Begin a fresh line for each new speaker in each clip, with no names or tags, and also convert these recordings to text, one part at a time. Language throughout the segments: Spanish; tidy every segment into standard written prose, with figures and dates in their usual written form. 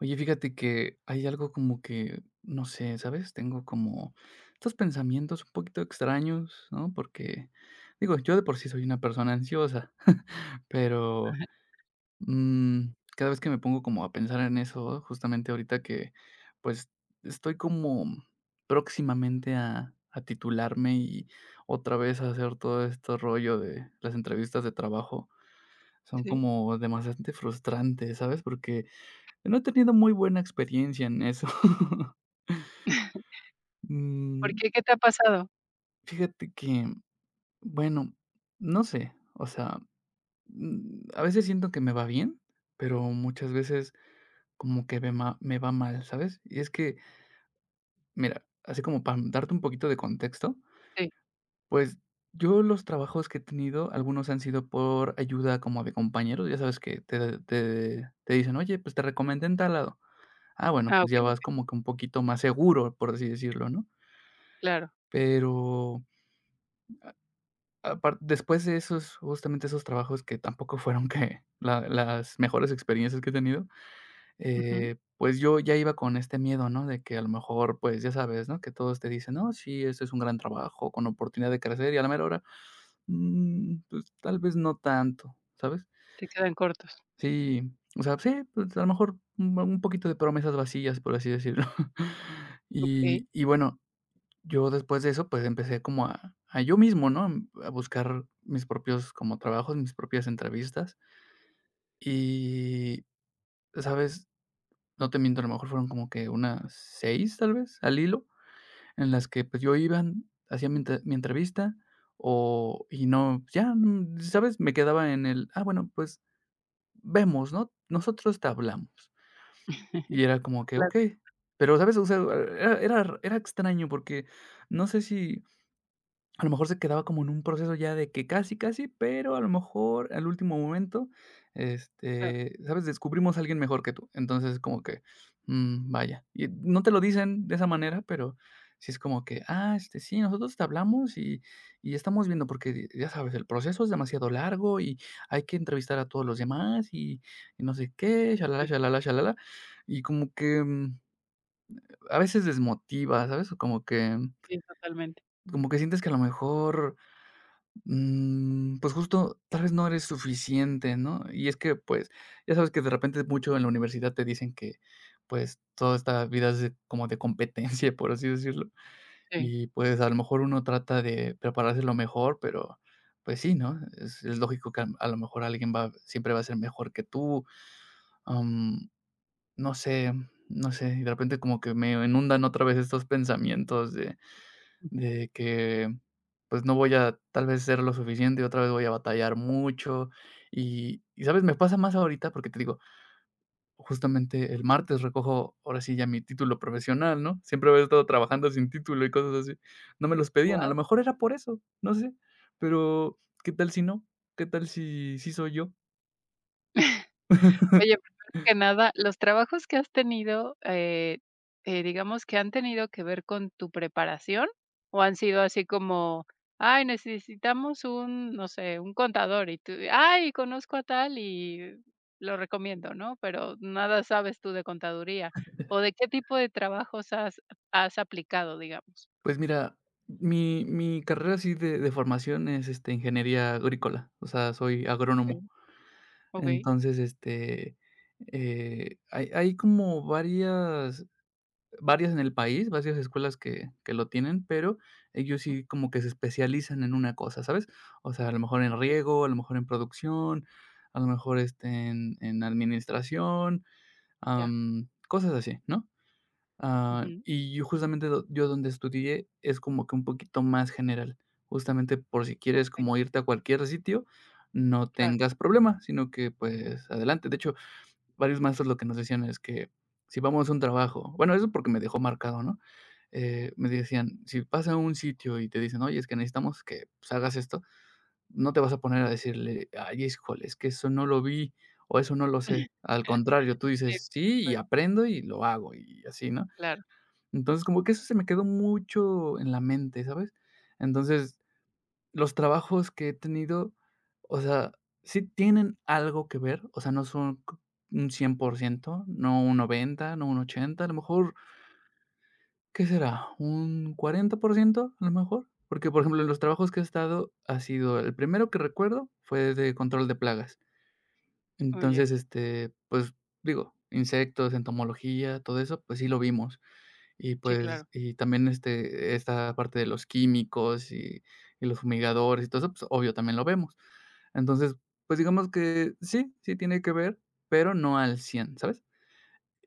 Oye, fíjate que hay algo como que, no sé, ¿sabes? Tengo como estos pensamientos un poquito extraños, ¿no? Porque, digo, yo de por sí soy una persona ansiosa, pero
Ajá,
mm, cada vez que me pongo como a pensar en eso, justamente ahorita que, pues, estoy como próximamente a titularme y otra vez a hacer todo este rollo de las entrevistas de trabajo, son
sí.
como demasiado frustrante, ¿sabes? Porque no he tenido muy buena experiencia en eso.
¿Por
Mm,
qué? ¿Qué te ha pasado?
Fíjate que, bueno, no sé, o sea, a veces siento que me va bien, pero muchas veces como que me va mal, ¿sabes? Y es que, mira, así como para darte un poquito de contexto,
Sí.
pues, yo los trabajos que he tenido, algunos han sido por ayuda como de compañeros, ya sabes que te dicen: "Oye, pues, te recomendé en tal lado". Ah, bueno,
Ah,
pues, ya
okey,
vas como que un poquito más seguro, por así decirlo, ¿no?
claro.
Pero Apar después de esos, justamente esos trabajos que tampoco fueron que la las mejores experiencias que he tenido,
Ujú.
pues yo ya iba con este miedo, ¿no? De que a lo mejor, pues ya sabes, ¿no? Que todos te dicen: "No, sí, este es un gran trabajo con oportunidad de crecer", y a la mera hora, pues tal vez no tanto, ¿sabes?
Se quedan cortos.
Sí, o sea, sí, pues a lo mejor un poquito de promesas vacías, por así decirlo.
Okey.
Y bueno yo después de eso, pues, empecé como a yo mismo, ¿no? A buscar mis propios como trabajos, mis propias entrevistas. Y, ¿sabes? No te miento, a lo mejor fueron como que unas 6 tal vez, al hilo, en las que, pues, yo iba, hacía mi entrevista, o y no, ya, ¿sabes? Me quedaba en el: "Ah, bueno, pues, vemos, ¿no? Nosotros te hablamos". Y era como que,
Claro,
okey. Pero, ¿sabes? O sea, era extraño porque no sé si a lo mejor se quedaba como en un proceso ya de que casi, casi, pero a lo mejor al último momento,
claro.
este, ¿sabes? Descubrimos a alguien mejor que tú. Entonces, como que, vaya. Y no te lo dicen de esa manera, pero sí es como que, ah, este, sí, nosotros te hablamos y estamos viendo, porque ya sabes, el proceso es demasiado largo y hay que entrevistar a todos los demás y no sé qué, shalala,
Sí,
shalala, shalala. Y como que a veces desmotiva, ¿sabes? O Como que,
sí, totalmente.
como que sientes que a lo mejor pues justo, tal vez no eres suficiente, ¿no? Y es que, pues, ya sabes que de repente mucho en la universidad te dicen que, pues, toda esta vida es de- como de competencia, por así decirlo.
Sí.
Y pues a lo mejor uno trata de prepararse lo mejor, pero pues sí, ¿no? Es lógico que a lo mejor alguien va, siempre va a ser mejor que tú. am, no sé, no sé. Y de repente como que me inundan otra vez estos pensamientos
Ujú.
de que, pues, no voy a tal vez ser lo suficiente, otra vez voy a batallar mucho. ¿Sabes? Me pasa más ahorita porque te digo, justamente el martes recojo ahora sí ya mi título profesional, ¿no? Siempre había estado trabajando sin título y cosas así. No me los pedían, a lo
Guau.
mejor era por eso, no sé, pero, ¿qué tal si no? ¿Qué tal si sí soy yo?
Oye, pues, primero que nada, los trabajos que has tenido, digamos que han tenido que ver con tu preparación, o han sido así como: "Ay, necesitamos un, no sé, un contador", y tú: "Ay, conozco a tal y lo recomiendo", ¿no? Pero nada sabes tú de contaduría, ¿o de qué tipo de trabajos has aplicado, digamos?
Pues mira, mi carrera así de formación es, este, ingeniería agrícola, o sea, soy
Okey,
agrónomo.
okey,
Entonces, este, hay como varias en el país, varias escuelas que lo tienen, pero ellos
mm,
sí como que se especializan en una cosa, ¿sabes? O sea, a lo mejor en
okey,
riego, a lo mejor en producción, a lo mejor, este, en administración,
ya,
cosas así, ¿no? Ah,
ujú,
y yo justamente do yo donde estudié es como que un poquito más general, justamente por si quieres
okey,
como irte a cualquier sitio, no
claro.
tengas problema, sino que, pues, adelante. De hecho, varios maestros lo que nos decían es que si vamos a un trabajo bueno, eso porque me dejó marcado, ¿no? Me decían: "Si vas a un sitio y te dicen: "Oye, es que necesitamos que, pues, hagas esto", no te vas a poner a decirle: "Ay, híjole, es que eso no lo vi o eso no lo sé". Al contrario, tú
Sí,
dices:
por
"Sí, y
supuesto,
aprendo y lo hago", y así, ¿no?
claro.
Entonces, como que eso se me quedó mucho en la mente, ¿sabes? Entonces, los trabajos que he tenido, o sea, sí tienen algo que ver, o sea, no son c un 100%, no un 90, no un 80, a lo mejor, ¿qué será? ¿Un 40% a lo mejor? Porque, por ejemplo, en los trabajos que he estado ha sido el primero que recuerdo fue de control de plagas.
Oye,
Entonces, este, pues, digo, insectos, entomología, todo eso, pues sí lo vimos. Y
sí,
pues,
claro,
y también, este, esta parte de los químicos y los fumigadores y todo eso, pues, obvio, también lo vemos. Entonces, pues, digamos que sí, sí tiene que ver, pero no al cien, ¿sabes?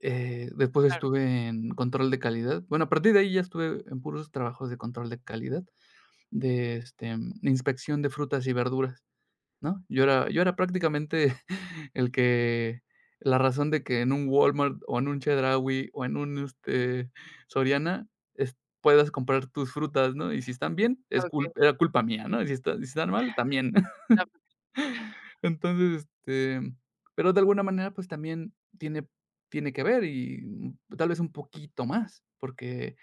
Después
claro,
estuve en control de calidad. Bueno, a partir de ahí ya estuve en puros trabajos de control de calidad, de, este, inspección de frutas y verduras. ¿No? Yo era prácticamente el que la razón de que en un Walmart o en un Chedraui o en un, este, Soriana, es puedas comprar tus frutas, ¿no? Y si están bien, es cul
okey,
era culpa mía, ¿no? Y si está si están mal, también.
ah, pues
Entonces, este, pero de alguna manera, pues, también tiene que ver y, tal vez un poquito más, porque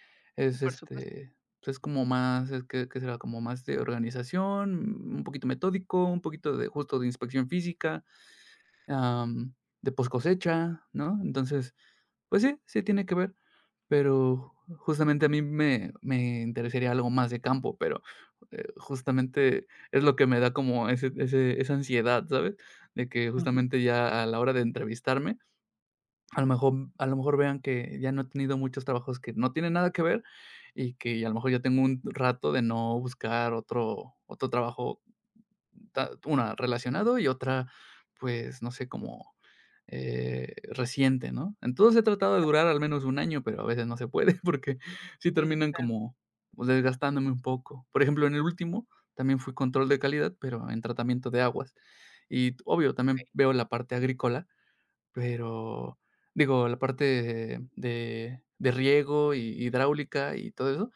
sí,
es,
por supuesto.
este, pues, es como más, es que será como más de organización, un poquito metódico, un poquito de justo de inspección física, am, de post cosecha, ¿no? Entonces, pues sí, sí tiene que ver, pero justamente a mí me interesaría algo más de campo, pero, justamente es lo que me da como ese ese esa ansiedad, ¿sabes? De que
Ujú.
justamente ya a la hora de entrevistarme, a lo mejor vean que ya no he tenido muchos trabajos que no tienen nada que ver y que a lo mejor ya tengo un rato de no buscar otro trabajo, ta una relacionado y otra, pues, no sé, como reciente, ¿no? Entonces he tratado de durar al menos un año, pero a veces no se puede porque sí
Sí,
terminan
claro,
como pues, desgastándome un poco. Por ejemplo, en el último también fui control de calidad, pero en tratamiento de aguas. Y obvio, también
okey.
veo la parte agrícola, pero digo, la parte de riego y hidráulica y todo eso,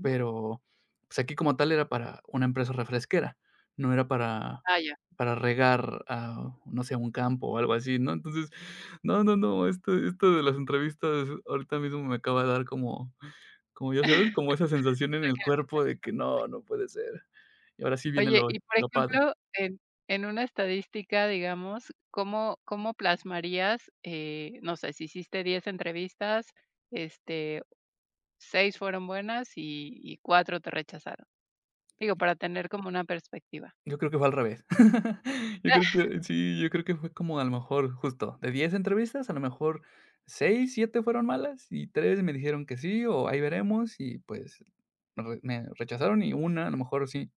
pero, pues, aquí como tal era para una empresa refresquera, no era para
Ah, ya,
para regar a, no sé, un campo o algo así, ¿no? Entonces, no, no, no, esto de las entrevistas ahorita mismo me acaba de dar como, ya sabes, como esa sensación en el
tranquila,
cuerpo de
tranquila.
que no, no puede ser. Y ahora sí viene
Oye,
lo
y por
lo padre.
ejemplo, en una estadística, digamos, ¿cómo plasmarías, no sé, si hiciste 10 entrevistas, este, 6 fueron buenas y 4 te rechazaron? Digo, para tener como una perspectiva.
Yo creo que fue al revés. Yo creo que sí, yo creo que fue como a lo mejor justo de 10 entrevistas, a lo mejor 6 7 fueron malas y 3 me dijeron que sí o ahí veremos y pues me rechazaron y una a lo mejor sí,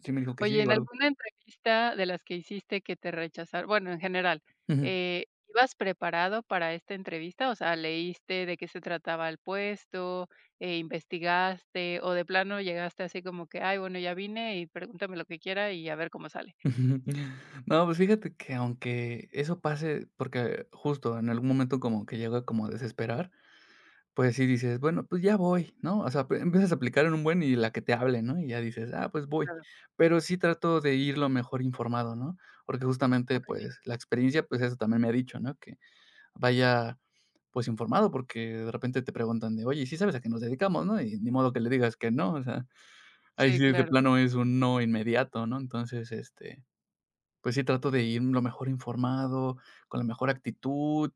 sí me dijo que
Oye,
sí o
en
algo.
alguna entrevista de las que hiciste que te rechazaron, bueno, en general,
Ujú.
¿ibas preparado para esta entrevista? O sea, ¿leíste de qué se trataba el puesto, investigaste o de plano llegaste así como que, ay, bueno, ya vine y pregúntame lo que quiera y a ver cómo sale?
No, pues fíjate que aunque eso pase, porque justo en algún momento como que llega como a desesperar. Pues sí dices: "Bueno, pues ya voy", ¿no? O sea, pe empiezas a aplicar en un buen y la que te hable, ¿no? Y ya dices: "Ah, pues voy".
Claro,
Pero sí trato de ir lo mejor informado, ¿no? Porque justamente,
okey.
pues, la experiencia, pues, eso también me ha dicho, ¿no? Que vaya, pues, informado, porque de repente te preguntan de: "Oye, ¿sí sabes a qué nos dedicamos?", ¿no? Y ni modo que le digas que no, o sea, ahí
Sí,
sí de
claro,
plano es un no inmediato, ¿no? Entonces, este pues sí, trato de ir lo mejor informado, con la mejor actitud,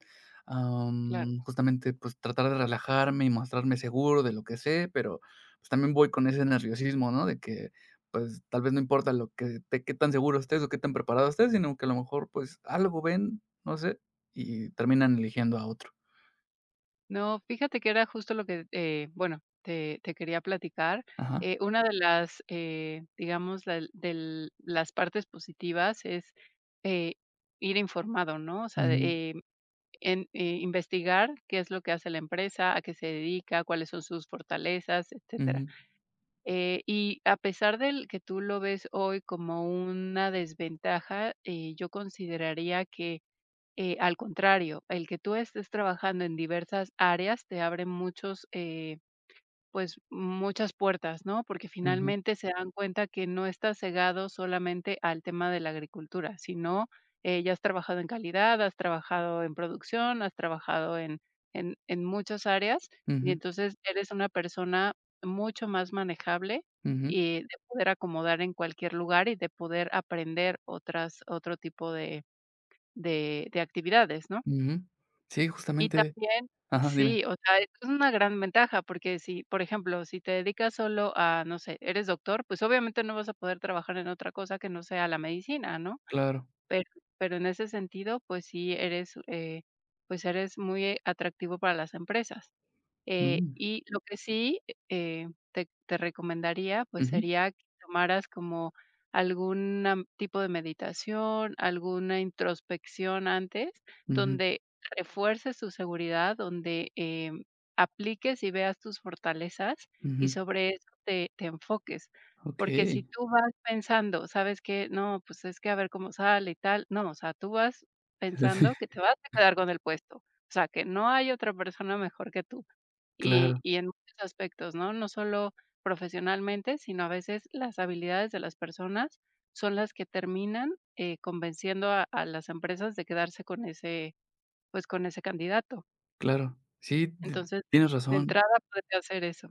claro.
justamente, pues, tratar de relajarme y mostrarme seguro de lo que sé, pero, pues, también voy con ese nerviosismo, ¿no? De que, pues, tal vez no importa lo que te qué tan seguro estés o qué tan preparado estés, sino que a lo mejor, pues, algo ven, no sé, y terminan eligiendo a otro.
No, fíjate que era justo lo que, bueno, te quería platicar.
Ajá.
Una de las, digamos, las partes positivas es eh, ir informado, ¿no? O sea,
Ujú,
eh, investigar qué es lo que hace la empresa, a qué se dedica, cuáles son sus fortalezas, etcétera.
ujú,
Y a pesar del que tú lo ves hoy como una desventaja, yo consideraría que al contrario, el que tú estés trabajando en diversas áreas te abre pues muchas puertas, ¿no? Porque
ujú,
finalmente se dan cuenta que no estás cegado solamente al tema de la agricultura, sino ya has trabajado en calidad, has trabajado en producción, has trabajado en muchas áreas y
ujú,
entonces eres una persona mucho más manejable
ujú,
y de poder acomodar en cualquier lugar y de poder aprender otro tipo de, de actividades, ¿no?
ujú. Sí,
Y
justamente.
también
Ajá, dime.
sí, o sea, es una gran ventaja, porque si, por ejemplo, si te dedicas solo a, no sé, eres doctor, pues obviamente no vas a poder trabajar en otra cosa que no sea la medicina, ¿no?
Claro.
Pero pero en ese sentido, pues sí eres muy atractivo para las empresas.
Mm.
Y lo que sí, te recomendaría, pues,
Ujú,
sería que tomaras como tipo de meditación, alguna introspección antes,
ujú,
donde refuerces tu seguridad, donde, apliques y veas tus fortalezas y
ujú.
sobre eso te enfoques. Porque
Okey.
si tú vas pensando, ¿sabes que no, pues, es que a ver cómo sale y tal? No, o sea, tú vas pensando que te vas a quedar con el puesto, o sea, que no hay otra persona mejor que tú. Y
Claro,
y en muchos aspectos, ¿no? No solo profesionalmente, sino a veces las habilidades de las personas son las que terminan, convenciendo a las empresas de quedarse con ese, pues, con ese candidato.
claro. Sí, ti
Entonces,
tienes
de
razón.
entrada puede hacer eso.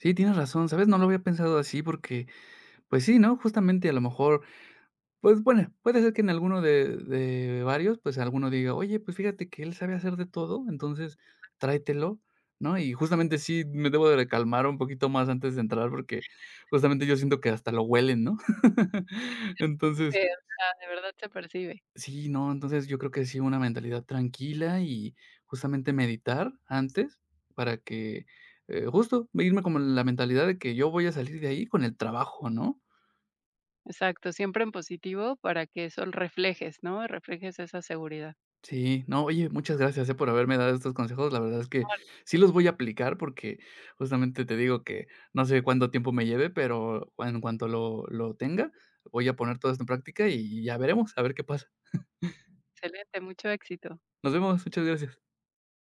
Sí, tienes razón, ¿sabes? No lo había pensado así porque, pues sí, ¿no? Justamente, a lo mejor, pues, bueno, puede ser que en alguno de varios, pues, alguno diga: "Oye, pues, fíjate que él sabe hacer de todo, entonces tráetelo", ¿no? Y justamente sí me debo de calmar un poquito más antes de entrar porque justamente yo siento que hasta lo huelen, ¿no?
Sí,
Entonces,
o de verdad se percibe.
sí, no, entonces yo creo que sí, una mentalidad tranquila y justamente meditar antes para que, justo irme como en la mentalidad de que yo voy a salir de ahí con el trabajo, ¿no?
Exacto, siempre en positivo para que eso reflejes, ¿no? Reflejes esa seguridad.
Sí, no, oye, muchas gracias, por haberme dado estos consejos. La verdad es que
Ah,
sí los voy a aplicar porque justamente te digo que no sé cuánto tiempo me lleve, pero en cuanto lo tenga, voy a poner todo esto en práctica y ya veremos, a ver qué pasa.
excelente, mucho éxito.
Nos vemos, muchas gracias.